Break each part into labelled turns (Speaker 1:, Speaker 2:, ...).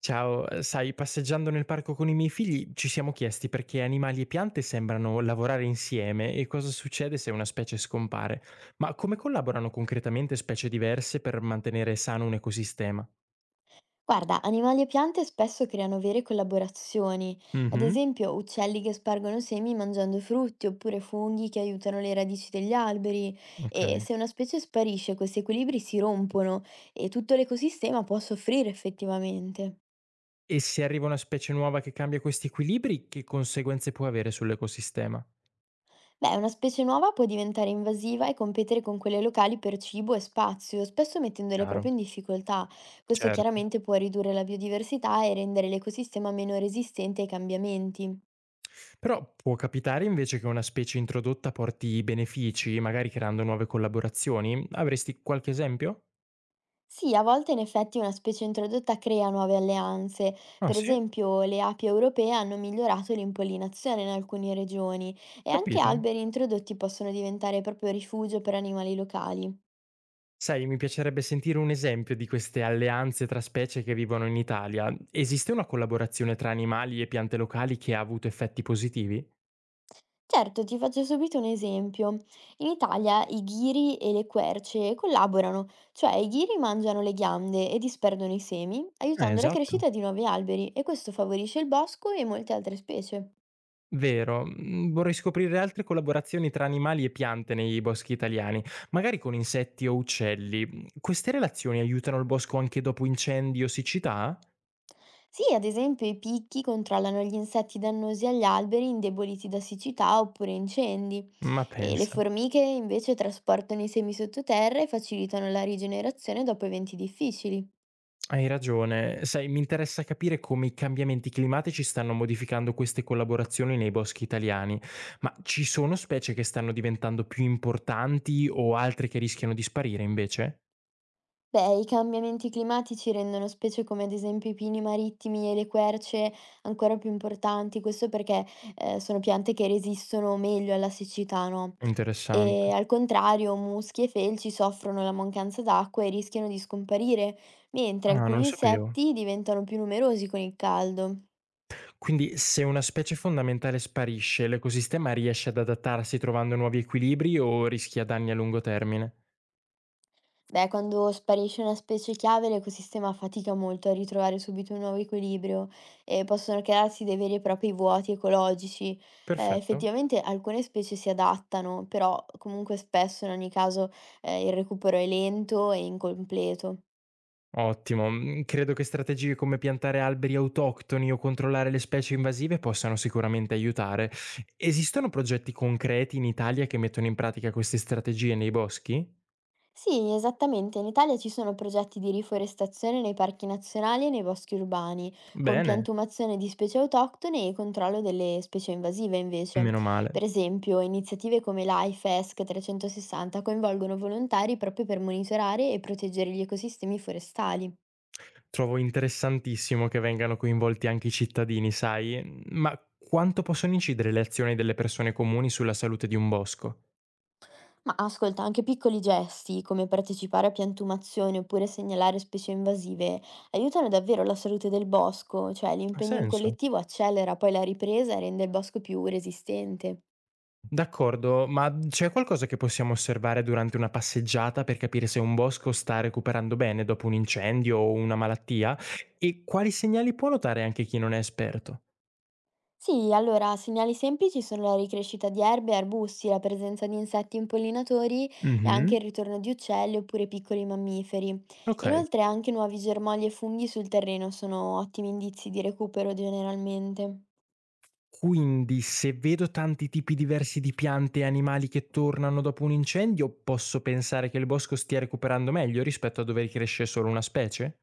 Speaker 1: Ciao, sai, passeggiando nel parco con i miei figli ci siamo chiesti perché animali e piante sembrano lavorare insieme e cosa succede se una specie scompare. Ma come collaborano concretamente specie diverse per mantenere sano un ecosistema?
Speaker 2: Guarda, animali e piante spesso creano vere collaborazioni, ad
Speaker 1: Mhm,
Speaker 2: esempio uccelli che spargono semi mangiando frutti oppure funghi che aiutano le radici degli alberi
Speaker 1: ok.
Speaker 2: e se una specie sparisce questi equilibri si rompono e tutto l'ecosistema può soffrire effettivamente.
Speaker 1: E se arriva una specie nuova che cambia questi equilibri, che conseguenze può avere sull'ecosistema?
Speaker 2: Beh, una specie nuova può diventare invasiva e competere con quelle locali per cibo e spazio, spesso mettendole
Speaker 1: Chiaro,
Speaker 2: proprio in difficoltà. Questo
Speaker 1: certo.
Speaker 2: chiaramente può ridurre la biodiversità e rendere l'ecosistema meno resistente ai cambiamenti.
Speaker 1: Però può capitare invece che una specie introdotta porti benefici, magari creando nuove collaborazioni? Avresti qualche esempio?
Speaker 2: Sì, a volte in effetti una specie introdotta crea nuove alleanze.
Speaker 1: Ah
Speaker 2: Per
Speaker 1: sì?
Speaker 2: esempio, le api europee hanno migliorato l'impollinazione in alcune regioni e anche
Speaker 1: Capito.
Speaker 2: alberi introdotti possono diventare proprio rifugio per animali locali.
Speaker 1: Sai, mi piacerebbe sentire un esempio di queste alleanze tra specie che vivono in Italia. Esiste una collaborazione tra animali e piante locali che ha avuto effetti positivi?
Speaker 2: Certo, ti faccio subito un esempio. In Italia i ghiri e le querce collaborano, cioè i ghiri mangiano le ghiande e disperdono i semi, aiutando la
Speaker 1: Esatto.
Speaker 2: crescita di nuovi alberi e questo favorisce il bosco e molte altre specie.
Speaker 1: Vero, vorrei scoprire altre collaborazioni tra animali e piante nei boschi italiani, magari con insetti o uccelli. Queste relazioni aiutano il bosco anche dopo incendi o siccità?
Speaker 2: Sì, ad esempio i picchi controllano gli insetti dannosi agli alberi indeboliti da siccità oppure incendi
Speaker 1: Ma
Speaker 2: e le
Speaker 1: pensa.
Speaker 2: formiche invece trasportano i semi sottoterra e facilitano la rigenerazione dopo eventi difficili.
Speaker 1: Hai ragione. Sai, mi interessa capire come i cambiamenti climatici stanno modificando queste collaborazioni nei boschi italiani, ma ci sono specie che stanno diventando più importanti o altre che rischiano di sparire invece?
Speaker 2: Beh, i cambiamenti climatici rendono specie come ad esempio i pini marittimi e le querce ancora più importanti, questo perché sono piante che resistono meglio alla siccità, no? E
Speaker 1: Interessante.
Speaker 2: al contrario, muschi e felci soffrono la mancanza d'acqua e rischiano di scomparire, mentre
Speaker 1: Ah, non lo
Speaker 2: alcuni
Speaker 1: sapevo.
Speaker 2: insetti diventano più numerosi con il caldo.
Speaker 1: Quindi se una specie fondamentale sparisce, l'ecosistema riesce ad adattarsi trovando nuovi equilibri o rischia danni a lungo termine?
Speaker 2: Beh, quando sparisce una specie chiave, l'ecosistema fatica molto a ritrovare subito un nuovo equilibrio e possono crearsi dei veri e propri vuoti ecologici.
Speaker 1: Perfetto.
Speaker 2: Effettivamente alcune specie si adattano, però comunque spesso in ogni caso il recupero è lento e incompleto.
Speaker 1: Ottimo. Mhmm, credo che strategie come piantare alberi autoctoni o controllare le specie invasive possano sicuramente aiutare. Esistono progetti concreti in Italia che mettono in pratica queste strategie nei boschi?
Speaker 2: Sì, esattamente. In Italia ci sono progetti di riforestazione nei parchi nazionali e nei boschi urbani, con
Speaker 1: Bene,
Speaker 2: piantumazione di specie autoctone e controllo delle specie invasive invece.
Speaker 1: meno
Speaker 2: Per
Speaker 1: male.
Speaker 2: esempio, iniziative come l'AIFE ESC 360 coinvolgono volontari proprio per monitorare e proteggere gli ecosistemi forestali.
Speaker 1: Trovo interessantissimo che vengano coinvolti anche i cittadini, sai, mhmm, ma quanto possono incidere le azioni delle persone comuni sulla salute di un bosco?
Speaker 2: Ma ascolta, anche piccoli gesti, come partecipare a piantumazioni oppure segnalare specie invasive, aiutano davvero la salute del bosco, cioè
Speaker 1: Ha
Speaker 2: l'impegno in
Speaker 1: senso.
Speaker 2: collettivo accelera poi la ripresa e rende il bosco più resistente.
Speaker 1: D'accordo, ma c'è qualcosa che possiamo osservare durante una passeggiata per capire se un bosco sta recuperando bene dopo un incendio o una malattia? E quali segnali può notare anche chi non è esperto?
Speaker 2: Sì, allora, segnali semplici sono la ricrescita di erbe e arbusti, la presenza di insetti impollinatori e anche
Speaker 1: Mhm,
Speaker 2: il ritorno di uccelli oppure piccoli mammiferi.
Speaker 1: ok.
Speaker 2: Inoltre anche nuovi germogli e funghi sul terreno sono ottimi indizi di recupero generalmente.
Speaker 1: Quindi se vedo tanti tipi diversi di piante e animali che tornano dopo un incendio, posso pensare che il bosco stia recuperando meglio rispetto a dove cresce solo una specie?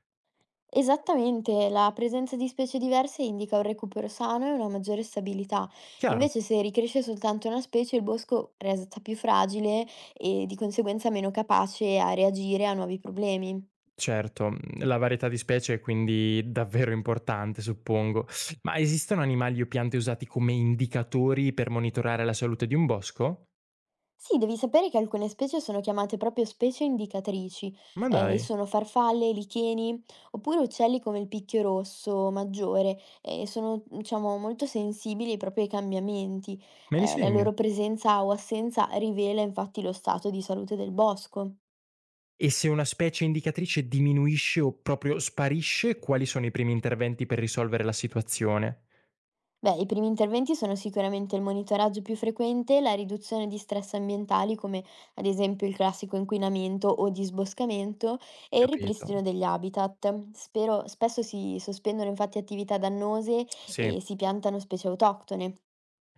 Speaker 2: Esattamente, la presenza di specie diverse indica un recupero sano e una maggiore stabilità.
Speaker 1: Chiaro.
Speaker 2: Invece, se ricresce soltanto una specie, il bosco resta più fragile e di conseguenza meno capace a reagire a nuovi problemi.
Speaker 1: Certo, mhmm, la varietà di specie è quindi davvero importante, suppongo. Ma esistono animali o piante usati come indicatori per monitorare la salute di un bosco?
Speaker 2: Sì, devi sapere che alcune specie sono chiamate proprio specie indicatrici,
Speaker 1: Ma
Speaker 2: e
Speaker 1: dai,
Speaker 2: sono farfalle, licheni, oppure uccelli come il picchio rosso maggiore, e sono, diciamo, molto sensibili proprio ai cambiamenti.
Speaker 1: me li
Speaker 2: La
Speaker 1: segno.
Speaker 2: loro presenza o assenza rivela infatti lo stato di salute del bosco.
Speaker 1: E se una specie indicatrice diminuisce o proprio sparisce, quali sono i primi interventi per risolvere la situazione?
Speaker 2: Beh, i primi interventi sono sicuramente il monitoraggio più frequente, la riduzione di stress ambientali, come ad esempio il classico inquinamento o disboscamento, e il
Speaker 1: Capito.
Speaker 2: ripristino degli habitat. Spesso si sospendono infatti attività dannose
Speaker 1: Sì.
Speaker 2: e si piantano specie autoctone.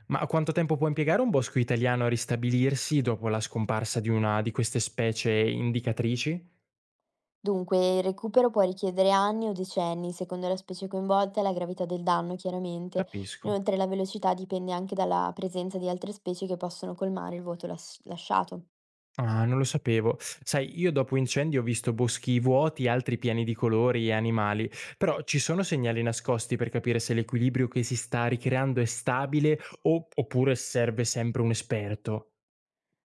Speaker 1: Ma quanto tempo può impiegare un bosco italiano a ristabilirsi dopo la scomparsa di una di queste specie indicatrici?
Speaker 2: Dunque, il recupero può richiedere anni o decenni, secondo la specie coinvolta e la gravità del danno, chiaramente.
Speaker 1: Capisco.
Speaker 2: Inoltre, la velocità dipende anche dalla presenza di altre specie che possono colmare il vuoto lasciato.
Speaker 1: Ah, non lo sapevo. Sai, io dopo incendi ho visto boschi vuoti, altri pieni di colori e animali, però ci sono segnali nascosti per capire se l'equilibrio che si sta ricreando è stabile oppure serve sempre un esperto.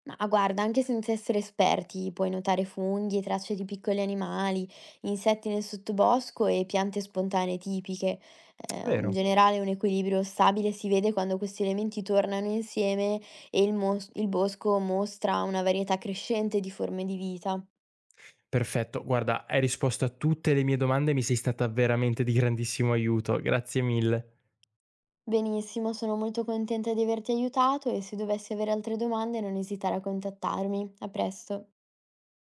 Speaker 2: Ma guarda, anche senza essere esperti, puoi notare funghi, tracce di piccoli animali, insetti nel sottobosco e piante spontanee tipiche. In
Speaker 1: Vero.
Speaker 2: generale, un equilibrio stabile si vede quando questi elementi tornano insieme e il bosco mostra una varietà crescente di forme di vita.
Speaker 1: Perfetto, guarda, hai risposto a tutte le mie domande e mi sei stata veramente di grandissimo aiuto. Grazie mille.
Speaker 2: Benissimo, sono molto contenta di averti aiutato e se dovessi avere altre domande non esitare a contattarmi. A presto.